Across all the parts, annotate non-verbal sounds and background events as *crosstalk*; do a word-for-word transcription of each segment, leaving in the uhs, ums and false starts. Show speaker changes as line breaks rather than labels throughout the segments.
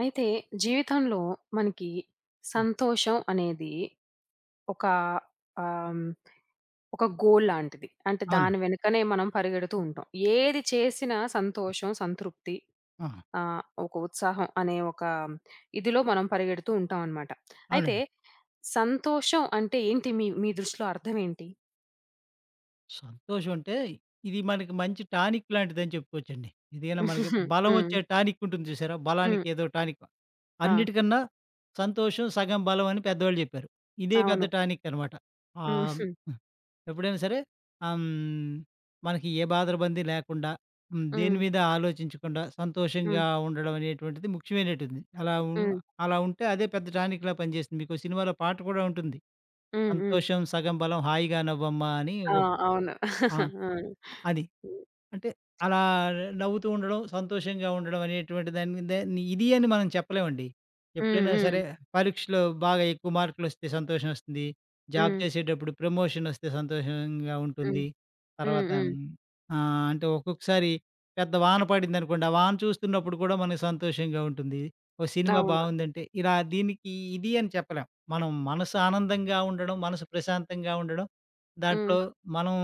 అయితే జీవితంలో మనకి
హ్మ్.
సంతోషం అనేది ఒక ఆమ్, ఒక గోల్ లాంటిది. అంటే
అవునండి.
దాని వెనుకనే మనం పరిగెడుతూ ఉంటాం. ఏది చేసినా సంతోషం, సంతృప్తి
ఆహా!
ఆహ్, ఒక ఉత్సాహం అనే ఒక ఇదిలో మనం పరిగెడుతూ ఉంటాం అనమాట. అయితే
అవునండి.
సంతోషం అంటే ఏంటి మీ మీ దృష్టిలో అర్థం ఏంటి?
సంతోషం అంటే ఇది మనకి మంచి టానిక్ లాంటిదని చెప్పుకోవచ్చండి. ఇదేనా మనకి
*laughs*
బలం
హ్మ్.
వచ్చే టానిక్ ఉంటుంది చూసారా?
హ్మ్.
బలానికి ఏదో టానిక్.
ఆ!
అన్నిటికన్నా సంతోషం సగం బలం అని పెద్దవాళ్ళు చెప్పారు. ఇదే పెద్ద
అవును.
టానిక్ అనమాట.
హ్మ్.
ఆహ్,
హ్మ్.
హ్మ్. ఎప్పుడైనా సరే ఆహ్, హ్మ్. మనకి ఏ బాధరబంది లేకుండా హ్మ్. దేని
హ్మ్.
మీద ఆలోచించకుండా సంతోషంగా ఉండడం అనేటువంటిది ముఖ్యమైనటుంది. అలా ఉ
హ్మ్.
అలా ఉంటే అదే పెద్ద టానిక్‌లా పనిచేస్తుంది. మీకో సినిమాలో పాట కూడా ఉంటుంది.
హ్మ్. హ్మ్.
సంతోషం సగం బలం హాయిగా నవ్వమ్మా అని
ఆ!
ఒక
అవును.
ఆ!
*laughs* ఆ!
అది.
హ్మ్.
అంటే అలా నవ్వుతూ ఉండడం, సంతోషంగా ఉండడం అనేటువంటి దాన్ని దాన్ని ఇది అని మనం చెప్పలేమండి.
హ్మ్.
ఎప్పుడైనా
హ్మ్.
సరే పరీక్షలో బాగా ఎక్కువ మార్కులొస్తే సంతోషం వస్తుంది. జాబ్
హ్మ్.
చేసేటప్పుడు ప్రమోషన్ వస్తే సంతోషంగా
హ్మ్.
ఉంటుంది.
హ్మ్.
తర్వాత
హ్మ్.
ఆహ్, అంటే ఒక్కొక్కసారి పెద్ద వాన పడిందనుకోండి, ఆ వాన చూస్తున్నప్పుడు కూడా మనకు సంతోషంగా ఉంటుంది. ఓ సినిమా
అవును.
బావుందంటే ఇలా దీనికి ఇది అని చెప్పలేం. మనం మనసు ఆనందంగా ఉండడం, మనసు ప్రశాంతంగా ఉండడం,
హ్మ్.
దాంట్లో మనం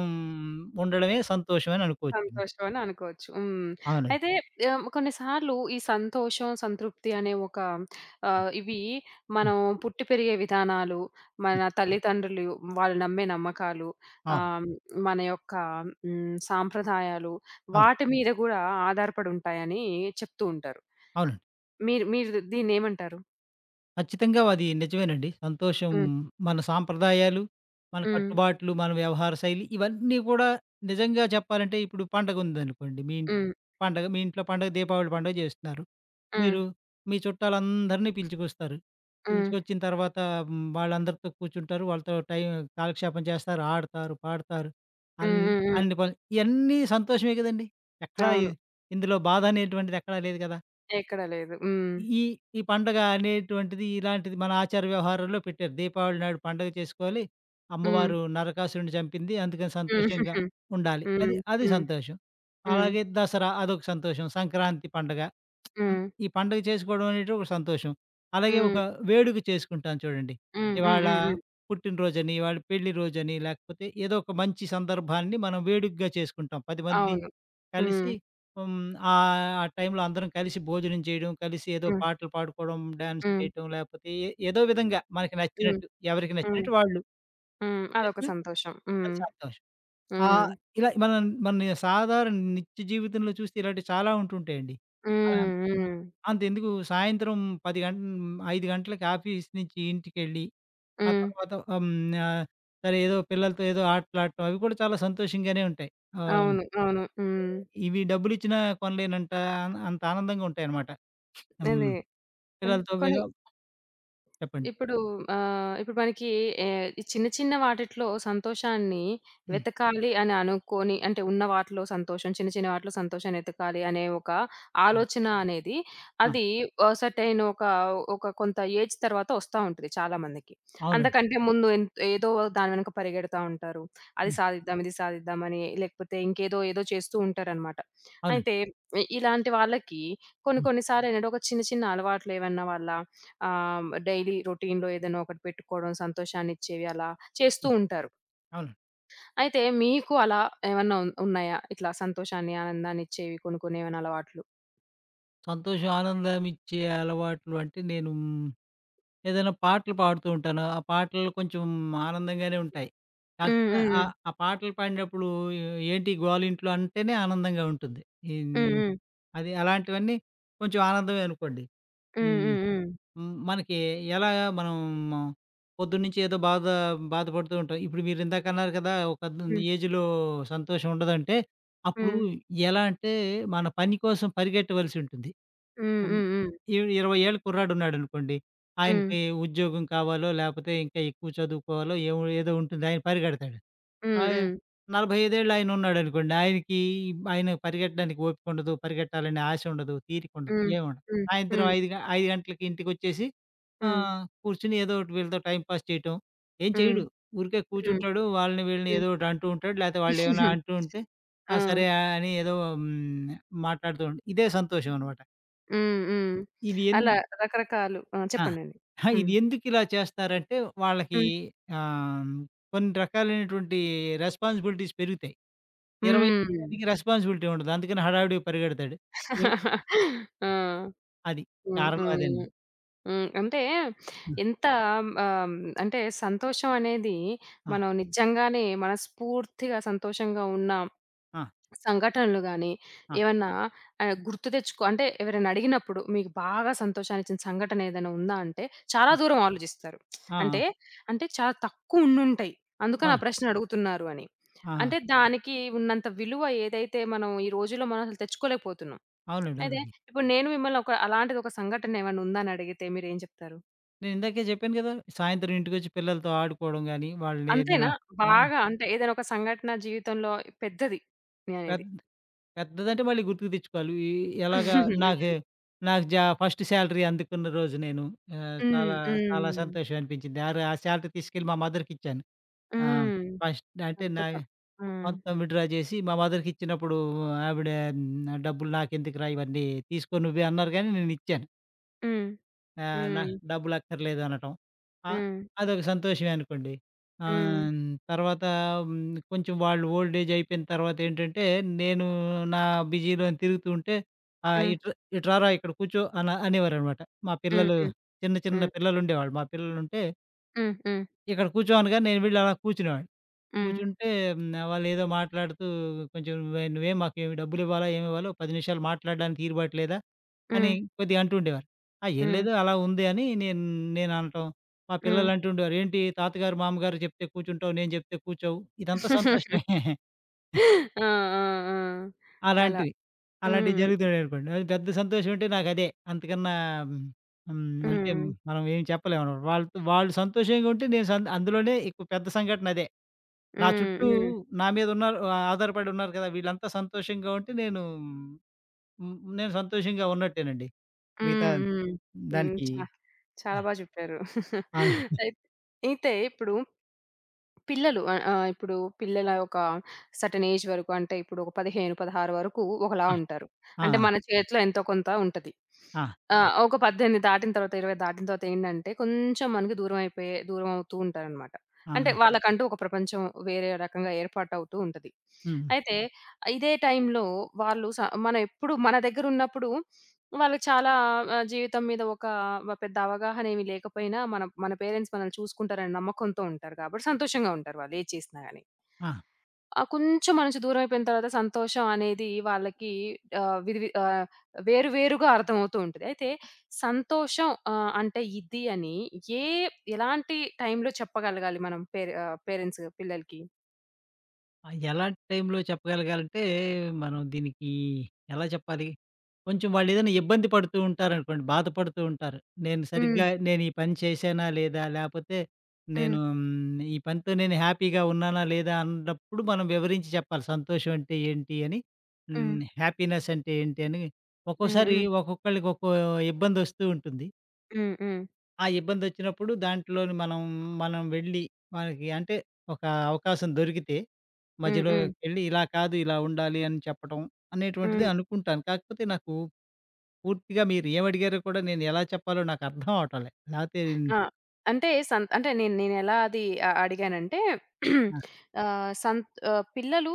ఉండడమే సంతోషం అని అనుకోవచ్చండి.
సంతోషం అని అనుకోవచ్చు. హ్మ్.
అవునండి.
అయితే ఆహ్, కొన్నిసార్లు ఈ సంతోషం, సంతృప్తి అనే ఒక
హ్మ్.
ఆహ్, ఇవి
హ్మ్.
మనం పుట్టి పెరిగే విధానాలు,
హ్మ్.
మన తల్లిదండ్రులు వాళ్ళు నమ్మే నమ్మకాలు,
అవును.
ఆహ్, మన యొక్క హ్మ్, సాంప్రదాయాలు
అవును.
వాటి మీద గూడా ఆధారపడి ఉంటాయని చెప్తూ ఉంటారు.
అవునండి.
మీరు మీరు దీన్నేమంటారు?
ఖచ్చితంగా అది నిజమేనండి. సంతోషం
హ్మ్.
మన సాంప్రదాయాలు, మన
హ్మ్.
కట్టుబాట్లు, మన వ్యవహార శైలి ఇవన్నీ కూడా నిజంగా చెప్పాలంటే ఇప్పుడు పండగుందనుకోండి మీ ఇంటికి
హ్మ్.
పండగ మీ ఇంట్లో పండగ దీపావళి పండగ జేస్తున్నారు.
హ్మ్.
మీరు మీ చుట్టాలందరినీ పిలుచుకొస్తారు.
హ్మ్.
పిలుచుకొచ్చిన తర్వాత హ్మ్, వాళ్ళందరితో కూర్చుంటారు. వాళ్ళతో టైం కాలక్షేపం చేస్తారు, ఆడతారు, పాడతారు. అన్
హ్మ్. హ్మ్. హ్మ్.
అన్ని పనులు ఇయన్నీ సంతోషమే గదండీ! ఎక్కడా ఇ
అవును.
ఇందులో బాధ అనేటువంటిది ఎక్కడా లేదు గదా!
ఎక్కడ లేదు. హ్మ్.
ఈ ఈ పండగ అనేటువంటిది ఇలాంటిది మన ఆచార వ్యవహారాల్లో పెట్టారు. దీపావళి నాడు పండగ చేసుకోవాలి.
హ్మ్.
అమ్మవారు నరకాసురుడిని చంపింది. అందుకని
హ్మ్.
సంతోషంగా
హుహు.
ఉండాలి.
హ్మ్.
అది అది
హ్మ్.
సంతోషం.
హ్మ్.
అలాగే దసరా అదొక సంతోషం. సంక్రాంతి పండగ. అన్
హ్మ్.
ఈ పండగ చేసుకోవడం అనేటిది ఒక సంతోషం. అలాగే ఒక
హ్మ్.
వేడుక చేసుకుంటాం చూడండి.
హ్మ్. హ్మ్.
ఇవాళ
హ్మ్. హ్మ్.
పుట్టినరోజని, ఇవాళ పెళ్లి రోజని, లేకపోతే ఏదో ఒక మంచి సందర్భాన్ని మనం వేడుకగా చేసుకుంటాం. పది మంది
అవును. హ్మ్.
కలిసి హ్మ్. ఆహ్, ఆ టైంలో అందరం కలిసి భోజనం చేయడం, కలిసి ఏదో
హ్మ్.
పాటలు పాడుకోవడం, డాన్స్
హ్మ్.
చేయటం, లేపోతే ఏ ఏదో విధంగా మనకి
హ్మ్.
నచ్చినట్టు, ఎవరికి
హ్మ్.
నచ్చినట్టు వాళ్ళు
హ్మ్. అదొక
చేసిన
సంతోషం.
అది
హ్మ్.
సంతోషం.
హ్మ్.
ఆహ్, ఇలా మనం మన సాధారణ నిత్య జీవితంలో చూస్తే ఇలాంటివి చాలా ఉంటుంటాయండి. ఆహ్,
హ్మ్. హ్మ్.
అంతెందుకు సాయంత్రం పది గం ఐదు గంటలకి ఆఫీస్ నుంచి ఇంటికెళ్ళి, ఆ
హ్మ్.
తర్వాత హ్మ్. ఆహ్, సరే ఏదో పిల్లలతో ఏదో ఆటలాడటం అవి కూడా చాలా సంతోషంగానే ఉంటాయి. ఆ!
అవును. అవును. హ్మ్.
ఇవి డబ్బులిచ్చినా కొనలేనంత ఆన్ అంత ఆనందంగా ఉంటాయన్నమాట. హ్మ్.
అదే.
పిల్లలతో
కానీ
ఏదో చెప్పండి.
ఇప్పుడు ఆహ్, ఇప్పుడు మనకి ఏ ఈ చిన్న చిన్న వాటిట్లో సంతోషాన్ని
హ్మ్.
వెతకాలి అని అనుకోని అంటే ఉన్న వాటిలో సంతోషం, చిన్న చిన్న వాటిలో సంతోషాన్ని వెతకాలి అనే ఒక
హ్మ్.
ఆలోచన అనేది
ఆ!
అది ఆహ్, సెర్టైన్ ఒక, ఒక కొంత ఏజ్ తర్వాత ఒస్తా ఉంటది చాలా మందికి.
అవునండి.
అంతకంటే ముందు ఎన్ ఏదో దాని వెనక పరిగెడతా ఉంటారు. అది
హ్మ్.
సాధిద్దాం, ఇది సాధిద్దాం అని లేకపోతే ఇంకేదో ఏదో చేస్తూ ఉంటారనమాట.
అవునండి.
అయితే ఇ ఇలాంటి వాళ్ళకి కొన్ని
హ్మ్.
కొన్ని సార్లేంటంటే ఒక చిన్న చిన్న అలవాట్లు ఏవన్నా వాళ్ళ ఆహ్, డైలీ రొటీన్‌లో ఏదైనా ఒకటి పెట్టుకోవడం సంతోషాన్నిచ్చేవి అలా చేస్తూ
హ్మ్.
ఉంటారు.
అవునండి.
అయితే మీకు అలా ఏమన్నా ఉన్ ఉన్నాయా? ఇట్లా సంతోషాన్ని, ఆనందాన్నిచ్చేవి కొనుక్కునేమైనా అలవాట్లు?
సంతోషం, ఆనందమిచ్చే అలవాట్లు అంటే నేను మ్, ఏదైనా పాటలు పాడుతూ ఉంటాను. ఆ పాటలు కొంచెం ఆనందంగానే ఉంటాయి.
హ్మ్.
కాకపోతే
హ్మ్.
ఆహ్, ఆ పాటలు పాడినప్పుడు ఏ- ఏంటి గోలింట్లో అంటేనే ఆనందంగా ఉంటుంది. ఇన్
హ్మ్.
అది అలాంటివన్నీ కొంచెం ఆనందమే అనుకోండి.
హ్మ్.
హ్మ్.
హ్మ్.
హ్మ్. మనకి ఎలాగా మనం పొద్దున్నుంచి ఏదో బాధ బాధపడుతూ ఉంటాం. ఇప్పుడు మీరు ఇందాక అన్నారు కదా! ఒక
హ్మ్.
ఏజ్‌లో సంతోషం ఉండదంటే, అప్పుడు
హ్మ్.
ఎలా అంటే మన పని కోసం పరిగెట్టవలసి ఉంటుంది.
హ్మ్.
హ్మ్.
హ్మ్.
ఇ ఇరవై ఏళ్ళ కుర్రాడున్నాడనుకోండి.
హ్మ్.
ఆయనకి ఉద్యోగం కావాలో, లేపోతే ఇంకా ఎక్కువ చదువుకోవాలో ఏమో ఏదో ఉంటుంది. ఆయన పరిగెడతాడు. ఆయ
హ్మ్.
నలభై ఐదు ఏళ్ళు ఆయనున్నాడనుకోండి. ఆయనకి ఆయన పరిగెట్టడానికి ఓపిక ఉండదు. పరిగెట్టాలనే ఆశ ఉండదు. తీరిక ఉండదు.
హ్మ్.
ఏమి ఉండదు. సాయంత్రం
హ్మ్.
ఐదు గ ఐదు గంటలకి ఇంటికొచ్చేసి
హ్మ్.
ఆహ్, కూర్చొని ఏదో ఒకటి వీళ్ళతో టైమ్ పాస్ చేయటం. ఏం
హ్మ్.
చేయడు. ఊరికే
హ్మ్. హ్మ్. హ్మ్. హ్మ్.
కూర్చుంటాడు. వాళ్ళని వీళ్ళని
హ్మ్. హ్మ్.
ఏదో ఒకటి అంటూ ఉంటాడు. లేతే
హ్మ్.
వాళ్ళేమైనా
*laughs*
అంటూ ఉంటే ఆ!
ఆ!
సరే అని ఏదో హ్మ్. మాట్లాడుతూ ఉంట ఇదే సంతోషం అనమాట.
హ్మ్. హ్మ్.
ఇది ఎన్
అలా రకరకాలు ఆ!
ఆ!
చెప్పండండి.
ఆ!
హ్మ్.
ఇది ఎందుకిలా చేస్తారంటే వాళ్ళకి
హ్మ్.
ఆహ్, కొన్ని రకాలైనటువంటి రెస్పాన్సిబిలిటీస్ పెరుగుతాయి.
హ్మ్.
ఇరవై ఐదుకి రెస్పాన్సిబిలిటీ ఉండదు. అందుకని హడావిడిగా పరిగెడతాడు. ఏవ్
*laughs* ఆ!
అది
హ్మ్.
కారణం
హ్మ్.
అదండి.
హ్మ్. అంటే
హ్మ్.
ఎంత ఆహ్, అంటే సంతోషం అనేది
ఆ!
మనం నిజంగానే మనస్ఫూర్తిగా సంతోషంగా ఉన్నాం.
ఆ!
సంఘటనలు గాని,
ఆ!
ఏమన్నా ఆహ్, గుర్తు తెచ్చుకో అంటే ఎవరైనా అడిగినప్పుడు మీకు బాగా సంతోషాన్నిచ్చిన సంఘటన ఏదైనా ఉందా అంటే, చాలా
హ్మ్.
దూరం ఆలోచిస్తారు.
ఆ! ఆ!
అంటే, అంటే చాలా తక్కువ ఉండుంటాయి. అందుకని ఆ
అవును.
ప్రశ్న అడుగుతున్నారు అని.
ఆహా!
అంటే దానికి ఉన్నంత విలువ ఏదైతే మనం ఈ రోజుల్లో మనం అసలు తెచ్చుకోలేకపోతున్నాం.
అవునండి.
అయితే
అవునండి.
ఇప్పుడు నేను మిమ్మల్ని ఒక అలాంటిది ఒక సంఘటన ఏమన్నా ఉందా అని అడిగితే మీరేం చెప్తారు?
నేనిందాకే చెప్పాను గదా! సాయంత్రం ఇంటికొచ్చి పిల్లలతో ఆడుకోవడం గాని, వాళ్ళని ఏదైనా
అంతేనా?
ఆ!
బాగా అంటే ఏదైనా ఒక సంఘటన జీవితంలో పెద్దది నేననేది.
పెద్ పెద్దదంటే మళ్ళీ గుర్తుకు తెచ్చుకోవాలి. ఈ ఎలాగా నాకు
*laughs*
నాకు జా ఫస్ట్ శాలరీ అందుకున్న రోజు నేను ఆహ్,
హ్మ్.
చాలా చాలా
హ్మ్.
సంతోషం అనిపించింది. ఆరు ఆ శాలరీ తీసుకెళ్ళి మా మదర్‌కిచ్చాను.
హ్మ్.
ఆ!
హ్మ్.
ఫస్ట్ అంటే నా
అద్భుతం. హ్మ్.
మొత్తం విత్‌డ్రా చేసి మా మదర్‌కిచ్చినప్పుడు ఆవిడ హ్మ్, "డబ్బులు నాకెందుకురా ఇవన్నీ తీసుకో నువ్వే" అన్నారు గానీ నేనిచ్చాను.
హ్మ్.
ఆహ్, నా
హ్మ్.
డబ్బులు అక్కర్లేదు అనటం. ఆహ్,
హ్మ్.
అదొక సంతోషమే అనుకోండి.
హ్మ్.
ఆహ్, తర్వాత హ్మ్, కొంచెం వాళ్ళు ఓల్డ్ ఏజ్ అయిపోయిన తర్వాతేంటంటే, నేను నా బిజీలోని తిరుగుతూ ఉంటే, ఆహ్,
హ్మ్.
"ఇటు రా ఇటు రారా ఇక్కడ కూర్చో" అన అనేవారనమాట. మా
హ్మ్.
పిల్లలు
హ్మ్.
చిన్న చిన్న
హ్మ్.
పిల్లలుండేవాళ్ళు. మా పిల్లలుంటే,
హ్మ్. హ్మ్.
"ఇక్కడ కూర్చో" అనగానే నేను వెళ్ళి అలా కూర్చునేవాడిని.
హ్మ్.
కూర్చుంటే హ్మ్. వాళ్ళేదో మాట్లాడుతూ కొంచెం "నువ్వే నువ్వేం మాకేమి డబ్బులివ్వాలా, ఏమివ్వాలో పది నిమిషాలు మాట్లాడడానికి తీరుబాటు లేదా" అని
హ్మ్.
కొద్దిగా అంటుండేవారు. ఆ! ఏం
హ్మ్.
లేదు అలా ఉంది అని నేను నేననటం. మా పిల్లలు
హ్మ్.
అంటుండేవారు, "ఏంటి తాతగారు, మామగారు చెప్తే కూర్చుంటావు, నేను చెప్తే కూర్చోవు." ఇదంతా సంతోషమే.
*laughs*
*laughs*
ఆ! ఆ! ఆ! అలా.
అలాంటివి.
హ్మ్.
అలాంటివి
హ్మ్.
జరుగుతున్నాయనుకోండి. అది పెద్ద సంతోషం అంటే నాకదే. అంతకన్నా హ్మ్. అంటే
హ్మ్.
మనం ఏం చెప్పలేమనమాట. వాళ్ళతో వాళ్ళు సంతోషంగా ఉంటే నేను సం అందులోనే ఎక్కువ పెద్ద సంఘటనదే. నా
హ్మ్.
చుట్టూ
హ్మ్.
నా మీద ఉన్నారు ఆహ్, ఆధారపడి ఉన్నారు కదా! వీళ్ళంతా సంతోషంగా ఉంటే నేను హ్మ్, నేను సంతోషంగా ఉన్నట్టేనండి. మిగతా
హ్మ్. హ్మ్. హ్మ్.
దానికి
చా
ఆ!
చాలా బా చెప్పారు. *laughs*
ఆ!
అయి అయితే ఇప్పుడు పిల్లలు ఆహ్, ఆహ్, ఇప్పుడు పిల్లల ఒక సర్టెన్ ఏజ్ వరకు అంటే ఇప్పుడు ఒక పదిహేను, పదహారు వరకు ఒకలా
ఆ!
ఉంటారు. అంటే
ఆ!
మన చేతిలో ఎంతో కొంత ఉంటది.
ఆ!
ఆ! హ్మ్. ఒక పద్దెనిమిది దాటిన తర్వాత ఇరవై దాటిన తర్వాత ఏంటంటే కొంచెం మనకి దూరం అయిపోయే దూరం అవుతూ ఉంటారనమాట. అంటే
ఆ!
వాళ్ళకంటూ ఒక ప్రపంచం వేరే రకంగా ఏర్పాటవుతూ ఉంటది.
హ్మ్.
అయితే ఇదే టైంలో వాళ్ళు స మనం ఎప్పుడు మన దగ్గరున్నప్పుడు వాళ్ళకి చాలా ఆహ్, జీవితం మీద ఒక వ పెద్ద అవగాహనేమి లేకపోయినా, మన మన పేరెంట్స్ మనల్ని చూసుకుంటారనే నమ్మకంతో ఉంటారు కాబట్టి, సంతోషంగా ఉంటారు వాళ్ళు ఏది చేసినా గాని.
ఆ!
ఆ కొంచెం మన నుంచి దూరం అయిపోయిన తర్వాత సంతోషం అనేది వాళ్ళకి ఆహ్, విది వి ఆహ్, వేరు వేరుగా అర్థమవుతూ ఉంటది. అయితే సంతోషం ఆహ్, అంటే ఇది అని ఏ ఎలాంటి టైంలో చెప్పగలగాలి మనం పేరె ఆహ్, పేరెంట్స్ పిల్లలకి?
ఆ! ఎలాంటి టైంలో చెప్పగలగాలంటే, మనం దీనికి ఎలా చెప్పాలి? కొంచెం వాళ్ళేదైనా ఇబ్బంది పడుతూ ఉంటారనుకోండి, బాధపడుతూ ఉంటారు. నేను
హ్మ్.
సరిగ్గా నేను ఈ పని చేశానా లేదా? లేపోతే
హ్మ్.
నేను హ్మ్, ఈ పనితో నేను హ్యాపీగా ఉన్నానా లేదా? అన్నప్పుడు మనం వివరించి చెప్పాలి. సంతోషం అంటే ఏంటి అని?
హ్మ్.
హ్మ్, హ్యాపీనెస్ అంటే ఏంటి అని?
హ్మ్.
ఒక్కోసారి
హ్మ్.
ఒక్కొక్కళ్ళకి ఒక్కో ఇబ్బందొస్తూ ఉంటుంది.
హ్మ్. హ్మ్.
ఆ ఇబ్బందొచ్చినప్పుడు దాంట్లోని మనం, మనం వెళ్ళి మనకి అంటే ఒక అవకాశం దొరికితే హ్మ్.
హ్మ్. హ్మ్.
మధ్యలోకెళ్ళి ఇలా కాదు, ఇలా ఉండాలి అని చెప్పటం అనేటువంటిది
హ్మ్.
అనుకుంటాను. కాకపోతే నాకు పూర్తిగా మీరు ఏమడిగారో కూడా నేను ఎలా చెప్పాలో నాకు అర్థం అవటం లే. లేపోతే
ఆ! అంటే సంత్ అంటే నేను నేనెలా అది అ అడిగానంటే ఆహ్, సంత్ ఆహ్, పిల్లలు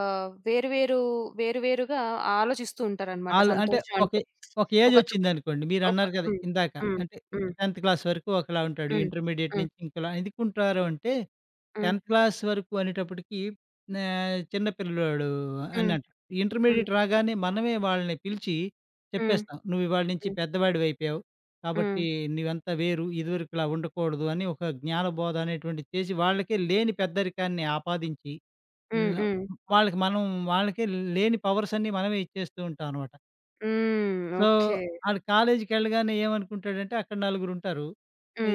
ఆహ్, వేరు వేరు వేరు వేరుగా ఆలోచిస్తూ ఉంటారనమాట
ఆళ్ళు అంటే
సంతోషం
ఒక
అంటే.
ఒక
ఒక తృ
ఏజొచ్చిందనుకోండి.
ఒక
మీరన్నారు కదా!
హ్మ్.
ఇందాక.
హ్మ్.
అంటే
హ్మ్.
పదో క్లాస్ వరకు ఒకలా ఉంటాడు.
హ్మ్.
ఇంటర్మీడియేట్ నుంచి ఇంకోలా ఎందుకుంటారు అంటే
హ్మ్.
10థ్ క్లాస్ వరకు అనేటప్పటికి ఆహ్, చిన్న పిల్లోడు
హ్మ్.
అన్నట్టు.
హ్మ్. హ్మ్.
ఇంటర్మీడియేట్ రాగానే మనమే వాళ్ళని పిలిచి
హ్మ్.
చెప్పేస్తాం. "నువ్వు ఇవాళ నుంచి
హ్మ్.
పెద్దవాడివయిపోయావు.
హ్మ్.
కాబట్టి నువ్వంతా వేరు. ఇదివరకులా ఉండకూడదు" అని ఒక జ్ఞానబోధ అనేటువంటిది చేసి వాళ్ళకే లేని పెద్దరికాన్ని ఆపాదించి
హ్మ్.
హ్మ్.
హ్మ్.
వాళ్ళకి మనం వాళ్ళకే లేని పవర్స్ అన్నీ మనమే ఇచ్చేస్తూ ఉంటామనమాట.
హ్మ్.
So,
okay.
ఆడు కాలేజీకెళ్ళగానే ఏమనుకుంటాడంటే అక్కడ నలుగురుంటారు.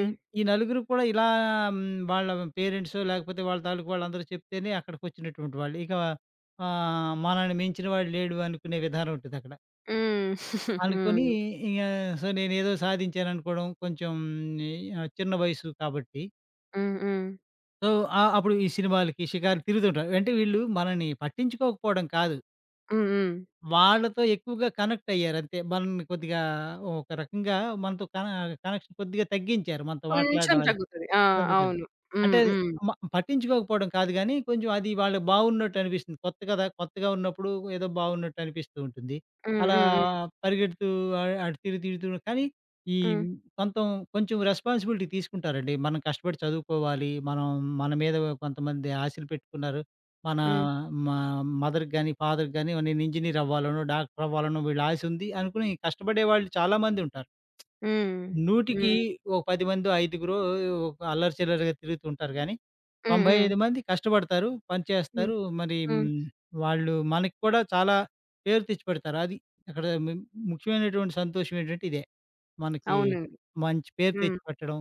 ఈ ఈ నలుగురు కూడా ఇలా హ్మ్, వాళ్ళ పేరెంట్సో లేకపోతే వాళ్ళ తాలూకు వాళ్ళందరూ చెప్తేనే అక్కడికొచ్చినటువంటి వాళ్ళు. ఇక ఆహ్, మనల్ని మించిన వాడు లేడు అనుకునే విధానం ఉంటదక్కడ.
హ్మ్.
అనుకోని
హ్మ్.
ఇగ సో, నేనేదో సాధించాననుకోవడం కొంచెం ఆహ్, చిన్న వయసు కాబట్టి.
హ్మ్. హ్మ్.
సో, ఆహ్, అప్పుడు ఈ సినిమాలకి, షికారులు తిరుగుతుంటారు. అంటే వీళ్ళు మనల్ని పట్టించుకోకపోవడం కాదు.
హ్మ్. హ్మ్.
వాళ్ళతో ఎక్కువగా కనెక్ట్ అయ్యారు అంతే. మనల్ని కొద్దిగా ఒక రకంగా మనతో కన కనెక్షన్ కొద్దిగా తగ్గించారు. మనతో
కొంచెం
మాట్లాడడం అది.
తగ్గుతది. ఆ!
తగ్గుతది.
అవును.
అంటే
హ్మ్.
అది
హ్మ్.
మ పట్టించుకోకపోవడం కాదు గానీ, కొంచెం అది వాళ్ళకి బావున్నట్టు అనిపిస్తుంది. కొత్త కదా! కొత్తగా ఉన్నప్పుడు ఏదో బావున్నట్టు అనిపిస్తూ ఉంటుంది.
హ్మ్.
అలా
హ్మ్. హ్మ్.
పరిగెడుతూ ఆహ్, అటు తిరిగి తిరుగుతూ కానీ, ఈ
హ్మ్.
కొంతం కొంచెం రెస్పాన్సిబిలిటీ తీసుకుంటారండి. మనం కష్టపడి చదువుకోవాలి. మనం మన మీద కొంతమంది ఆశలు పెట్టుకున్నారు. మన
హ్మ్.
మా మదర్‌కి గాని, ఫాదర్‌కి గాని నేను ఇంజినీర్ అవ్వాలనో, డాక్టర్ అవ్వాలనో వీళ్ళ ఆశ ఉంది అనుకుని కష్టపడే వాళ్ళు చాలా మంది ఉంటారు.
హ్మ్.
నూటికి
హ్మ్.
ఒక పది మందో, ఐదుగురో ఒక అల్లరి చిల్లరగా తిరుగుతూ ఉంటారు గానీ,
హ్మ్. హ్మ్.
తొంభై ఐదు మంది కష్టపడతారు, పని
హ్మ్.
చేస్తారు. మరి
హ్మ్.
హ్మ్, వాళ్ళు మనకి కూడా చాలా పేరు తెచ్చిపెడతారు. అది అక్కడ ము ముఖ్యమైనటువంటి సంతోషం ఏంటంటే ఇదే. మనకి
అవును.
మంచి పేరు
హ్మ్.
తెచ్చిపెట్టడం,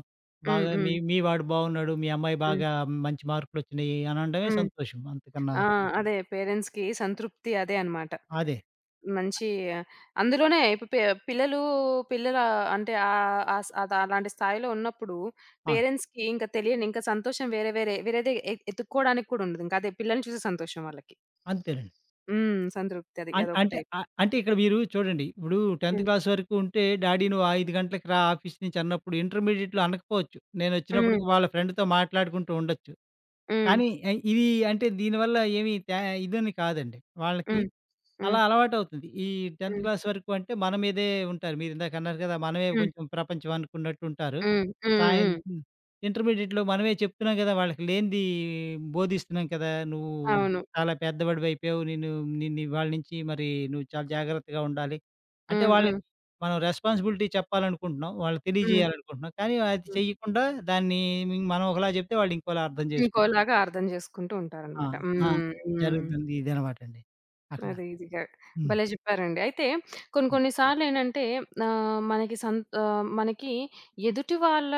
హ్మ్.
బాగా
హ్మ్.
మీ మీ వాడు బాగున్నాడు, మీ అమ్మాయి
హ్మ్.
బాగా మంచి మార్కులొచ్చినియి అని అనడమే
హ్మ్.
సంతోషం అంతకన్నా
ఆ! అదే పేరెంట్స్‌కి సంతృప్తి అదే అన్నమాట.
అదే.
మంచి అందులోనే ఇప్పుడు పి పిల్లలు పిల్లల అంటే ఆహ్, ఆ స్ అది అలాంటి స్థాయిలో ఉన్నప్పుడు
ఆ!
పేరెంట్స్‌కి ఇంకా తెలియని ఇంకా సంతోషం వేరే వేరే వేరేది ఎ ఎతుక్కోవడానికి కూడా ఉండదు. ఇంకా అదే పిల్లల్ని చూసే సంతోషం వాళ్ళకి.
అంతేనండి.
హ్మ్. సంతృప్తి అది.
అం అంటే
అదొకటి.
ఆహ్, అంటే ఇక్కడ మీరు చూడండి. ఇప్పుడు పదో
హ్మ్.
క్లాస్ వరకు ఉంటే, డాడీ నువ్వు ఐదు గంటలకి రా ఆఫీస్ నుంచి అన్నప్పుడు, ఇంటర్మీడియేట్‌లో అనకపోవచ్చు.
హ్మ్.
నేనొచ్చినప్పటికి వాళ్ళ ఫ్రెండ్‌తో మాట్లాడుకుంటూ ఉండొచ్చు.
హ్మ్.
కానీ ఆహ్, ఇది అంటే దీనివల్ల ఏమి తా ఇదని కాదండి. వాళ్ళకి
హ్మ్. హ్మ్.
అలా అలవాటవుతుంది. ఈ పదో
హ్మ్.
క్లాస్ వరకు అంటే మన మీదే ఉంటారు. మీరిందాక అన్నారు కదా! మనమే
హ్మ్.
కొంచెం ప్రపంచం అనుకున్నట్టుంటారు.
హ్మ్. హ్మ్.
సాయం
హ్మ్.
హ్మ్. ఇంటర్మీడియేట్‌లో మనమే చెప్తున్నాం గదా! వాళ్ళకి లేనిది బోధిస్తున్నాం కదా! నువ్వు
అవును.
చాలా పెద్దవాడివైపోయావు. నేను నిన్ను ఇవాళ నుంచి మరి నువ్వు చాలా జాగ్రత్తగా ఉండాలి. అంటే
హ్మ్.
వాళ్ళకి
హ్మ్.
మనం రెస్పాన్సిబిలిటీ చెప్పాలనుకుంటున్నాం. వాళ్ళకి
హ్మ్.
తెలియజేయాలనుకుంటున్నాం. కానీ అది
హ్మ్.
చెయ్యకుండా దాన్ని మనం ఒకలా చెప్తే వాళ్ళు ఇంకోలా అర్థం చేసుకుంటారు.
ఇంకోలాగా అర్థం జేసుకుంటూ
ఆ!
ఉంటారనమాట.
ఆ!
హ్మ్. హ్మ్.
జరుగుతుంది. ఇదనమాటండి అక్కడ.
అది ఈజీగా
హ్మ్.
భలే చెప్పారండి. అయితే కొన్ని
హ్మ్.
కొన్ని సార్లేంటంటే ఆహ్, మనకి సం ఆహ్, మనకి ఎదుటి వాళ్ళ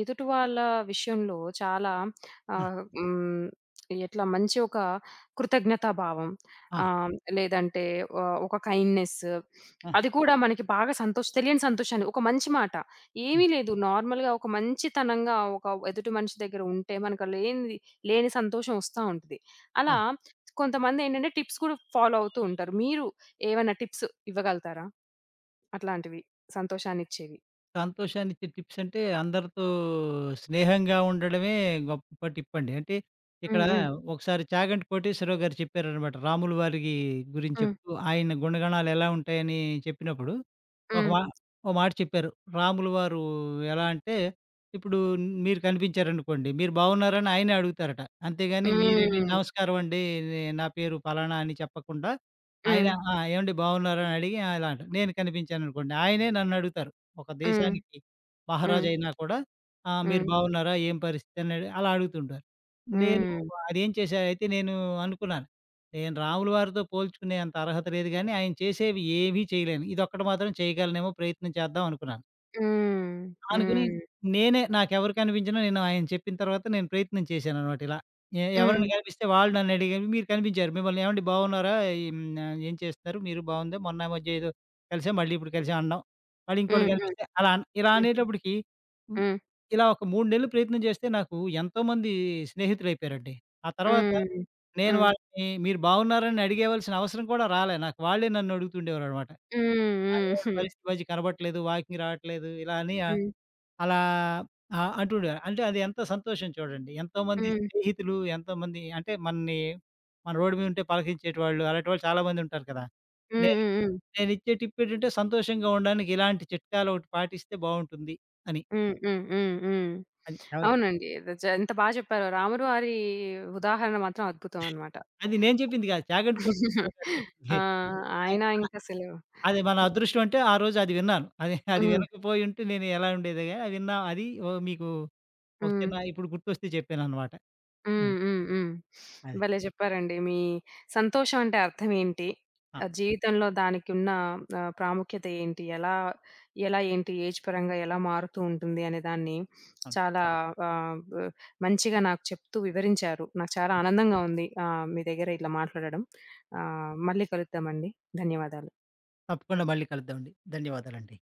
ఎదుటి వాళ్ళ విషయంలో చాలా
ఆ!
ఆహ్, హ్మ్. ఎట్లా మంచి ఒక కృతజ్ఞతా భావం
ఆ!
ఆహ్, లేదంటే ఆహ్, ఒక కైండ్‌నెస్
ఆ!
అది కూడా మనకి బాగా సంతోష్ తెలియని సంతోషాన్ని ఒక మంచి మాట.
హ్మ్.
ఏమీ లేదు నార్మల్‌గా ఒక మంచితనంగా ఒక ఎదుటి మనిషి దగ్గర ఉంటే మనకు లేనిది లేని సంతోషం వస్తా ఉంటది.
ఆ!
అలా కొంతమందేంటంటే టిప్స్ కూడా ఫాలో అవుతూ ఉంటారు. మీరు ఏవైనా టిప్స్ ఇవ్వగలుగుతారా? అట్లాంటివి సంతోషాన్నిచ్చేవి?
సంతోషాన్నిచ్చే టిప్స్ అంటే అందరితో స్నేహంగా ఉండడమే గొప్ప టిప్ అండి. అంటే ఇక్కడ
హ్మ్. హ్మ్.
ఒకసారి చాగంటి కోటేశ్వరావు గారు చెప్పారనమాట. రాములు వారి గురించి
హ్మ్.
చెప్తూ ఆయన గుణగణాలు ఎలా ఉంటాయని చెప్పినప్పుడు ఒక
హ్మ్.
మా ఓ మాట చెప్పారు. రాములు వారు ఎలా అంటే ఇప్పుడు మీరు కనిపించారనుకోండి. మీరు బాగున్నారని ఆయనే అడుగుతారట. అంతేగాని మీరెళ్ళి "నమస్కారం అండి. నే నా పేరు ఫలానా" అని చెప్పకుండా ఆయన
హ్మ్.
"ఆ! ఏవండీ బాగున్నారా?" అని అడిగి అలా అంటారు. నేను కనిపించాననుకోండి ఆయనే నన్నడుగుతారు. ఒక
హ్మ్.
దేశానికి
హ్మ్.
మహారాజయినా కూడా ఆహ్, మీరు
హ్మ్.
బాగున్నారా? ఏం పరిస్థితి? అని అలా అడుగుతుంటారు. నేను
హ్మ్.
అదేం చేశా అయితే నేను అనుకున్నాను. నేను రాముల వారితో పోల్చుకునే అంత అర్హత లేదు గానీ, ఆయన చేసేవి ఏవీ చేయలేను. ఇదొక్కటి మాత్రం చేయగలనేమో ప్రయత్నం చేద్దాం అనుకున్నాను.
హ్మ్.
అనుకుని
హ్మ్.
నేనే నాకెవరు కనిపించినా నేను ఆయన చెప్పిన తర్వాత నేను ప్రయత్నం చేశాననమాట ఇలా. ఎ ఎవరైనా
హ్మ్.
కనిపిస్తే వాళ్ళు నన్నడిగారు. మీరు కనిపించారు. మిమ్మల్ని "ఏవండీ బాగున్నారా? ఈమ్ ఆహ్, ఏం చేస్తున్నారు? మీరు బాగుందా? మొన్న ఈ మధ్య ఏదో కలిసాం. మళ్ళీ ఇప్పుడు కలిసాం" అనడం. మళ్ళీ ఇంకోళ్ళు
హ్మ్.
కనిపిస్తే అలా అన్ ఇలా
హ్మ్.
అనేటప్పటికి హ్మ్.
హ్మ్.
ఇలా ఒక మూడు నెలలు ప్రయత్నం చేస్తే నాకు ఎంతోమంది స్నేహితులైపోయారండి. ఆ తర్వాత
హ్మ్. హ్మ్.
నేను
హ్మ్.
వాళ్ళని "మీరు బాగున్నారని" అడిగేవలసిన అవసరం కూడా రాలే. నాకు వాళ్ళే నన్ను అడుగుతుండేవారనమాట. "ఆ!
హ్మ్.
ఏవండీ
హ్మ్.
పరిస్థితి ఈ మధ్య కనబడట్లేదు. వాకింగ్ రావట్లేదు" ఇలా అని
హ్మ్.
అలా ఆ! అంటుండేవారు. అంటే అది ఎంత సంతోషం చూడండి. హ్మ్. ఎంతోమంది
హ్మ్.
స్నేహితులు, ఎంతోమంది అంటే మనని మన రోడ్డు మీద ఉంటే పలకరించేటివాళ్ళు, అలాంటి వాళ్ళు చాలామంది ఉంటారు కదా!
హ్మ్. హ్మ్.
నేను
హ్మ్. హ్మ్.
నేనిచ్చే టిప్ ఏంటంటే సంతోషంగా ఉండడానికి ఇలాంటి చిట్కాలు ఒకటి పాటిస్తే బావుంటుంది అని.
హ్మ్. హ్మ్. హ్మ్.
అది ఎవరికి?
అవునండి. ఇది చ ఎంత బా చెప్పారో! రాములు వారి ఉదాహరణ మాత్రం అద్భుతం అన్నమాట.
అది నేను చెప్పింది కాదు. చాగంటి కోటేశ్వరరావు గారు చెప్పింది.
ఆ!
ఆయ
ఆయన
ఆ!
ఇంకసలు
అది మన అదృష్టం అంటే ఆ రోజు అది విన్నాను. అది అది
హ్మ్.
వినకపోయి ఉంటే నేను ఎలా ఉండేదో గాని అది విన్నా అది ఓ మీకు ఒక
హ్మ్.
చిన్న ఇప్పుడు గుర్తొస్తే చెప్పాననమాట. అది. అదే.
హ్మ్. హ్మ్. హ్మ్.
అదే.
భలే చెప్పారండి. మీ సంతోషం అంటే అర్థం ఏంటి?
ఆ!
ఆహ్, జీవితంలో దానికున్న ఆహ్, ప్రాముఖ్యత ఏంటి? ఎలా ఎలా ఏంటి? ఏజ్ పరంగా ఎలా మారుతూ ఉంటుంది అనే దాన్ని
అవును. ఆ!
చాలా ఆహ్, బ్ మంచిగా నాకు చెప్తూ వివరించారు. నాకు చాలా ఆనందంగా ఉంది. ఆహ్, మీ దగ్గర ఇట్లా మాట్లాడడం. ఆహ్, మళ్ళీ కలుద్దామండి. ధన్యవాదాలు.
తప్పకుండా మళ్ళీ కలుద్దామండి. ధన్యవాదాలండి.